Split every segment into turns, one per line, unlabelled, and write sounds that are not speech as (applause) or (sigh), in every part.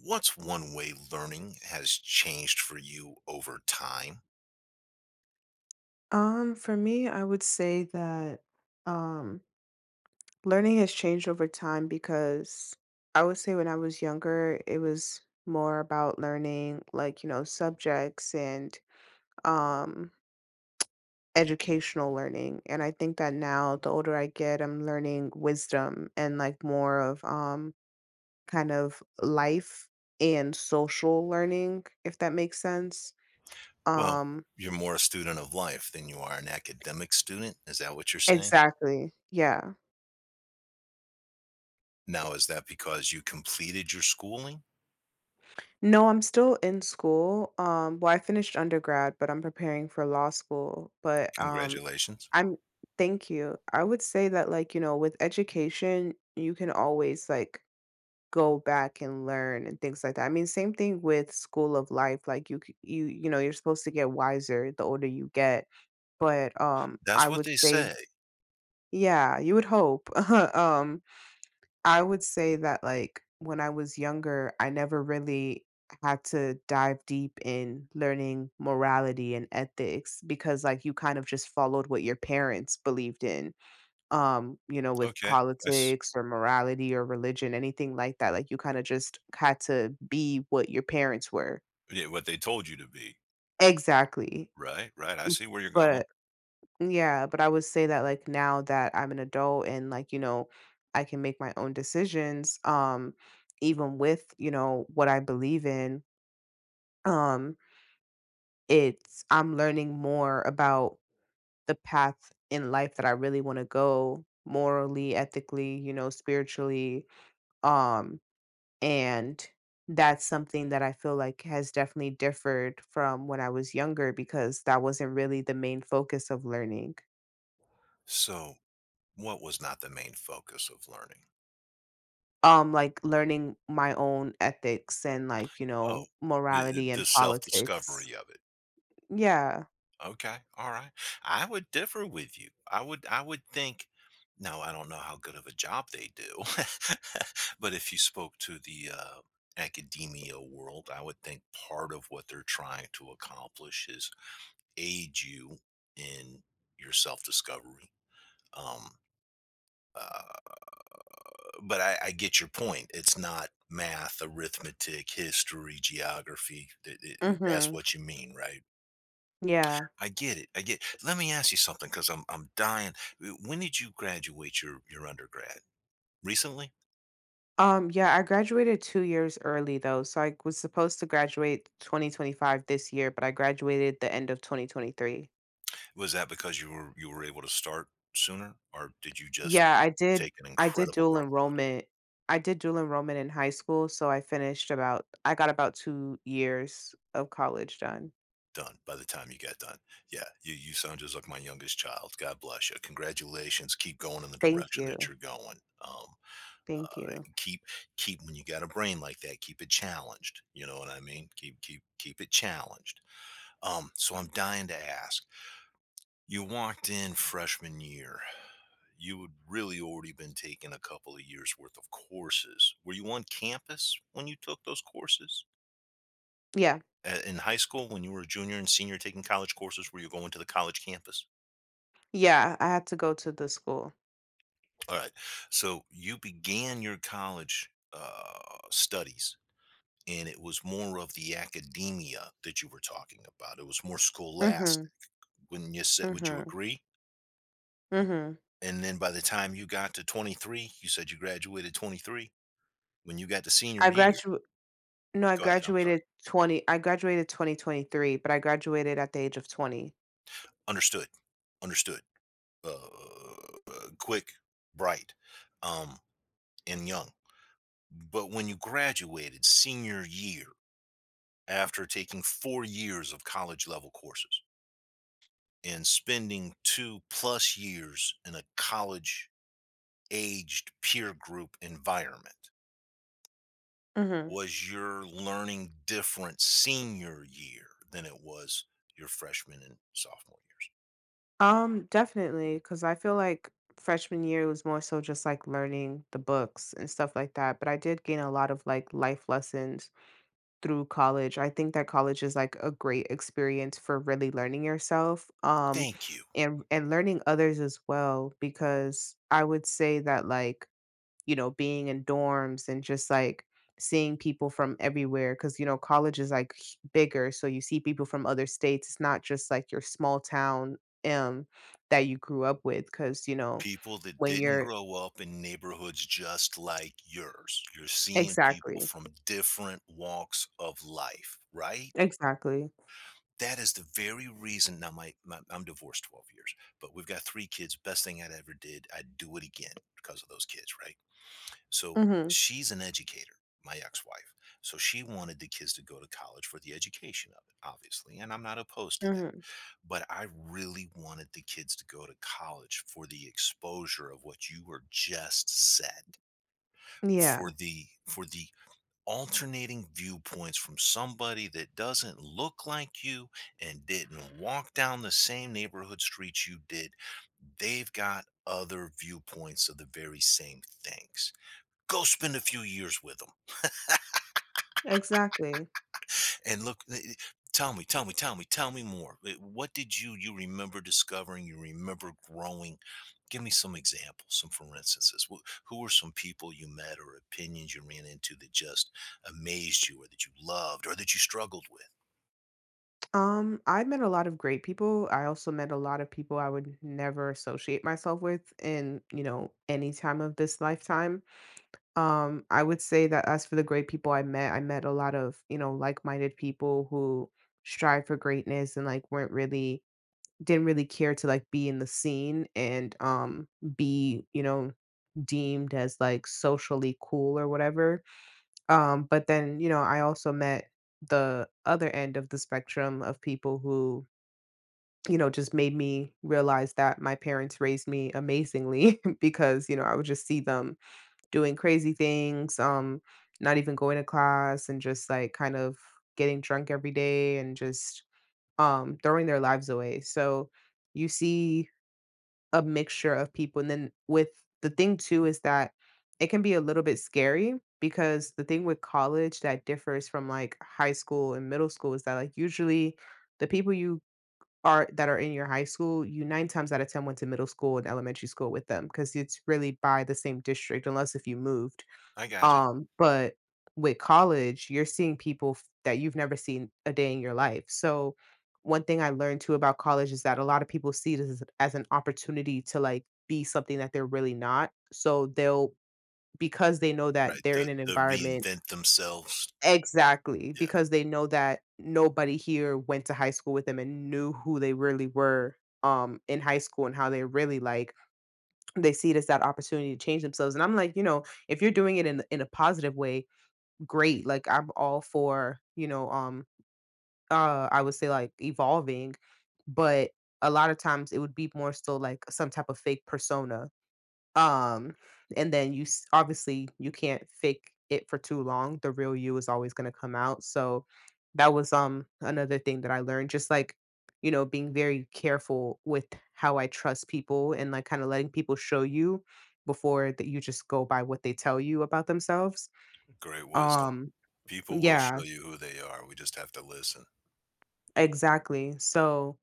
What's one way learning has changed for you over time?
For me, I would say that um, learning has changed over time because I would say when I was younger, it was more about learning, like, you know, subjects and um, educational learning. And I think that now, the older I get, I'm learning wisdom and, like, more of kind of life and social learning, if that makes sense.
Well,
Um,
you're more a student of life than you are an academic student. Is that what you're saying?
exactly. Yeah.
Now, is that because you completed your schooling?
No, I'm still in school. Well, I finished undergrad, but I'm preparing for law school. But
Congratulations.
I'm thank you. I would say that, like, you know, with education, you can always, like, go back and learn and things like that. I mean, same thing with school of life. Like, you know, you're supposed to get wiser the older you get. But
That's
I
what
would
they
say,
say.
yeah, you would hope. (laughs) um I would say that, like, when I was younger, I never really had to dive deep in learning morality and ethics because, like, you kind of just followed what your parents believed in, you know, with
Okay. That's,
politics or morality or religion, anything like that. Like, you kind of just had to be what your parents were.
yeah, what they told you to be.
Exactly.
Right. Right. I see where you're going.
But Yeah, but I would say that, like, now that I'm an adult and, like, you know, I can make my own decisions, even with, you know, what I believe in, um, it's I'm learning more about the path in life that I really want to go morally, ethically, you know, spiritually. Um, and that's something that I feel like has definitely differed from when I was younger because that wasn't really the main focus of learning.
So, what was not the main focus of learning?
Like, learning my own ethics and, like, you
Oh,
know,
the,
morality and
the self
politics.
discovery of it.
Yeah.
Okay. All right. I would differ with you. I would think no, I don't know how good of a job they do. (laughs) But if you spoke to the academia world, I would think part of what they're trying to accomplish is aid you in your self-discovery. Um uh, but I get your point. It's not math, arithmetic, history, geography. That's
Mhm.
what you mean, right?
Yeah.
I get it. I get Let me ask you something because I'm dying. When did you graduate your undergrad? Recently?
Yeah, I graduated 2 years early, though, so I was supposed to graduate 2025 this year, but I graduated the end of 2023.
Was that because you were able to start sooner, or did you just
Yeah,
take an
I did
incredible
dual
workload
enrollment. I did dual enrollment in high school, so I got about 2 years of college done.
done by the time you got done? Yeah, you sound just like my youngest child. God bless you. Congratulations. Keep going in the
Thank
direction that
you.
you're going.
Thank you.
Keep keep When you got a brain like that, keep it challenged. You know what I mean? Keep it challenged. So I'm dying to ask. You walked in freshman year. You had really already been taking a couple of years worth of courses. Were you on campus when you took those courses?
Yeah.
In high school, when you were a junior and senior taking college courses, were you going to the college campus?
Yeah, I had to go to the school.
All right. So you began your college studies, and it was more of the academia that you were talking about. It was more
Mhm.
scholastic. Wouldn't you say? Would you
Mhm.
agree?
Mhm.
And then by the time you got to 23, you said you graduated 23. When you got to senior
I
year,
gradu No, I
go ahead, I'm sorry.
graduated 20 I graduated 2023, but I graduated at the age of 20.
Understood, understood, uh, quick, bright, um, and young. But when you graduated senior year after taking 4 years of college level courses and spending 2 plus years in a college aged peer group environment,
Mhm.
was your learning different senior year than it was your freshman and sophomore years?
Definitely, because I feel like freshman year was more so just, like, learning the books and stuff like that, but I did gain a lot of, like, life lessons through college. I think that college is, like, a great experience for really learning yourself,
Thank you.
and learning others as well because I would say that, like, you know, being in dorms and just, like, seeing people from everywhere, because, you know, college is, like, bigger, so you see people from other states. It's not just, like, your small town um that you grew up with, because, you know,
People that
when
didn't
you're
grow up in neighborhoods just like yours. You're seeing people
exactly,
from different walks of life, right?
exactly.
That is the very reason. Now, my I'm divorced 12 years, but we've got three kids. Best thing I'd ever did. I'd do it again because of those kids, right? So
Hmm.
she's an educator, my ex-wife. So she wanted the kids to go to college for the education of it, obviously, and I'm not opposed to that,
Hmm.
but I really wanted the kids to go to college for the exposure of what you were just said,
Yeah.
for the alternating viewpoints from somebody that doesn't look like you and didn't walk down the same neighborhood streets you did. They've got other viewpoints of the very same things. Go spend a few years with them.
Exactly.
And look, tell me, tell me, tell me, tell me more. What did you remember discovering? You remember growing? Give me some examples, some for instances. Who were some people you met or opinions you ran into that just amazed you, or that you loved, or that you struggled with?
I met a lot of great people. I also met a lot of people I would never associate myself with in, you know, any time of this lifetime. I would say that as for the great people I met a lot of, you know, like-minded people who strive for greatness and, like, weren't really didn't really care to, like, be in the scene and be, you know, deemed as, like, socially cool or whatever. But then, you know, I also met the other end of the spectrum of people who, you know, just made me realize that my parents raised me amazingly (laughs) because, you know, I would just see them doing crazy things, not even going to class and just, like, kind of getting drunk every day and just throwing their lives away. So you see a mixture of people. And then with the thing too is that it can be a little bit scary because the thing with college that differs from, like, high school and middle school is that, like, usually the people you are that are in your high school, you nine times out of 10 went to middle school and elementary school with them because it's really by the same district, unless if you moved. But with college, you're seeing people that you've never seen a day in your life. So one thing I learned too about college is that a lot of people see this as an opportunity to, like, be something that they're really not. So they'll, because they know that
Right,
they're in
the
an
the
environment,
reinvent themselves.
exactly,
Yeah,
because they know that nobody here went to high school with them and knew who they really were in high school and how they're really like, they see it as that opportunity to change themselves. And I'm like, you know, if you're doing it in, a positive way, great. Like, I'm all for, you know, I would say, like, evolving, but a lot of times it would be more still, like, some type of fake persona. Um and then obviously you can't fake it for too long. The real you is always going to come out. So that was another thing that I learned, just, like, you know, being very careful with how I trust people and, like, kind of letting people show you before that you just go by what they tell you about themselves.
great wisdom.
Um
People will
yeah.
show you who they are. We just have to listen.
Exactly. So,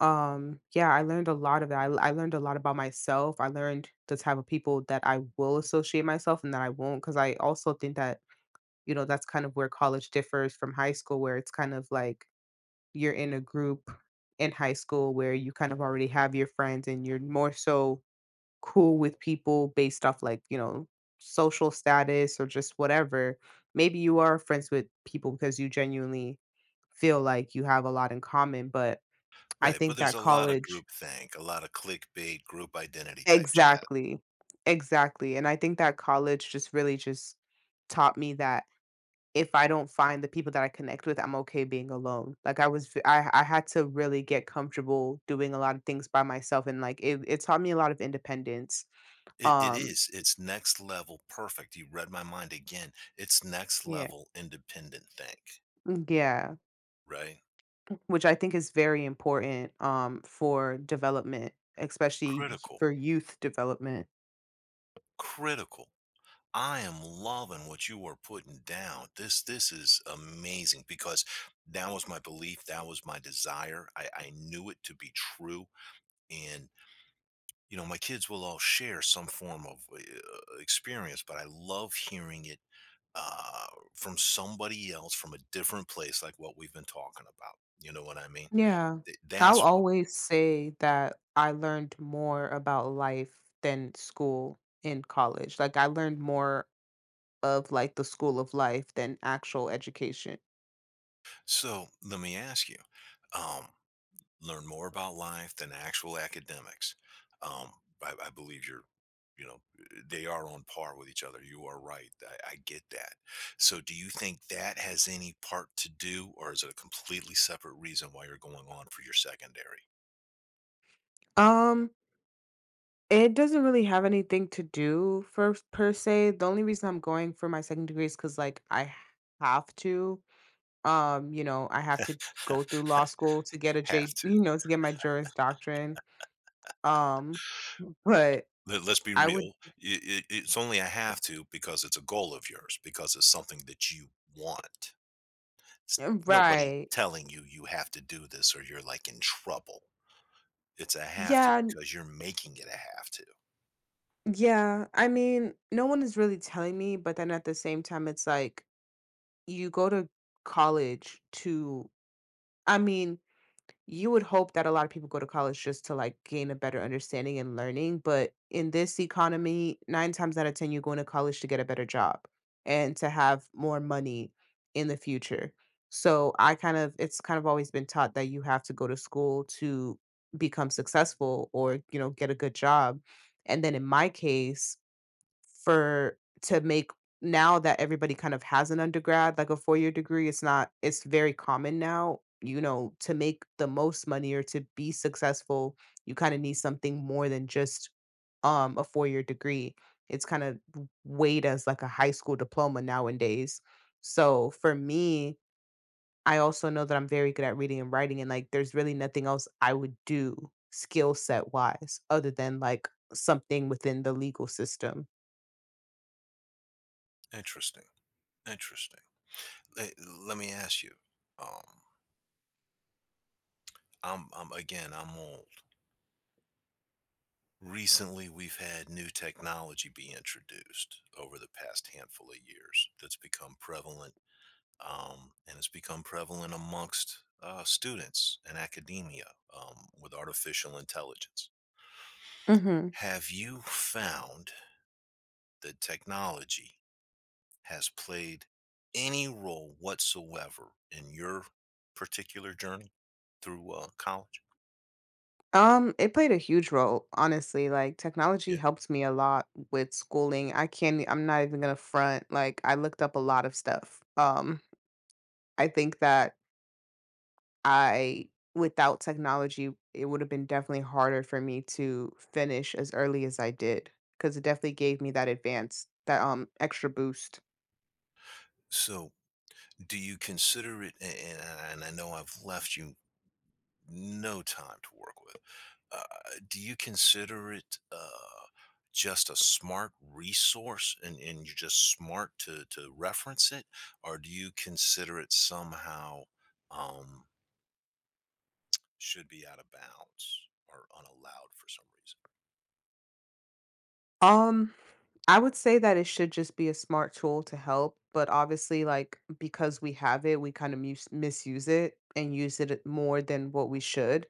yeah, I learned a lot of that. I learned a lot about myself. I learned the type of people that I will associate myself and that I won't, because I also think that, you know, that's kind of where college differs from high school, where it's kind of like you're in a group in high school where you kind of already have your friends, and you're more so cool with people based off, like, you know, social status or just whatever. Maybe you are friends with people because you genuinely feel like you have a lot in common, but I
Right, but
think
there's
that
a lot of
college
group think, a lot of clickbait, group identity type jazz.
exactly. Exactly, and I think that college just really just taught me that if I don't find the people that I connect with, I'm okay being alone. Like, I was v I had to really get comfortable doing a lot of things by myself, and, like, it taught me a lot of independence.
It
Um
is, it's next level perfect. You read my mind again, it's next
Yeah.
level independent think,
Yeah.
right?
Which I think is very important, for development, especially y
Critical,
for youth development.
critical. I am loving what you are putting down. This is amazing because that was my belief, that was my desire, I knew it to be true, and you know, my kids will all share some form of experience, but I love hearing it uh, from somebody else from a different place, like what we've been talking about. You know what I mean?
Yeah. I'll
That's
always say that I learned more about life than school in college. Like, I learned more of, like, the school of life than actual education.
so. Let me ask you. Um, Learn more about life than actual academics. Um, I believe you're, you know, eh, they are on par with each other. You are right. I get that. So, do you think that has any part to do, or is it a completely separate reason why you're going on for your secondary?
Um it doesn't really have anything to do for, per se. The only reason I'm going for my second degree is cuz, like, I have to, you know, I have to go through law school to get a
Have
J,
to.
you know, to get my Juris Doctrine. Um but
Let us be
I would
real. It's only a have to because it's a goal of yours, because it's something that you want. It's nobody
right.
telling you you have to do this or you're like in trouble. It's a have to
Yeah,
because you're making it a have to.
yeah, I mean, no one is really telling me, but then at the same time, it's like you go to college to, I mean, you would hope that a lot of people go to college just to, like, gain a better understanding and learning. But in this economy, nine times out of 10, you're going to college to get a better job and to have more money in the future. So it's kind of always been taught that you have to go to school to become successful or, you know, get a good job. And then in my case, for to make now that everybody kind of has an undergrad, like a 4-year degree, it's not it's very common now, you know, to make the most money or to be successful, you kinda need something more than just, a 4-year degree. It's kind of w weighed as, like, a high school diploma nowadays. So, for me, I also know that I'm very good at reading and writing, and, like, there's really nothing else I would do skill set wise other than, like, something within the legal system.
Interesting. Interesting. Let, let me ask you. Um, I'm again. I'm old. Recently, we've had new technology be introduced over the past handful of years. That's become prevalent, and it's become prevalent amongst students and academia, with artificial intelligence.
Mhm.
Have you found that technology has played any role whatsoever in your particular journey through college?
It played a huge role, honestly. Like, technology
Yeah.
helped me a lot with schooling. I can't e, I'm not even gonna front. Like, I looked up a lot of stuff. I think that I without technology, it would have been definitely harder for me to finish as early as I did because it definitely gave me that advance, that extra boost.
So, do you consider it? And I know I've left you no time to work with. Uh, do you consider it just a smart resource, and you're just smart to reference it, or do you consider it somehow um, should be out of bounds or unallowed for some reason?
Um I would say that it should just be a smart tool to help, but obviously, like, because we have it, we kind of misuse it and use it more than what we should.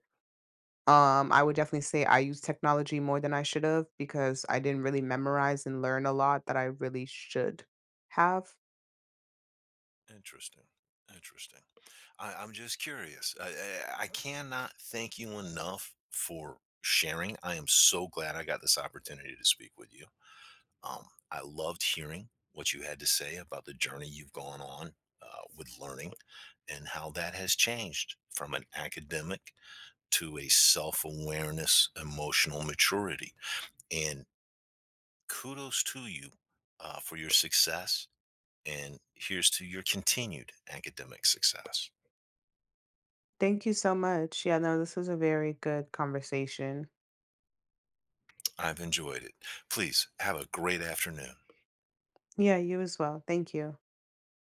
I would definitely say I use technology more than I should have because I didn't really memorize and learn a lot that I really should have.
Interesting. Interesting. I'm just curious. I cannot thank you enough for sharing. I am so glad I got this opportunity to speak with you. Um, I loved hearing what you had to say about the journey you've gone on uh, with learning and how that has changed from an academic to a self awareness, emotional maturity. And kudos to you for your success. And here's to your continued academic success.
Thank you so much. Yeah, no, this was a very good conversation.
I've enjoyed it. Please have a great afternoon.
Yeah, you as well. Thank you.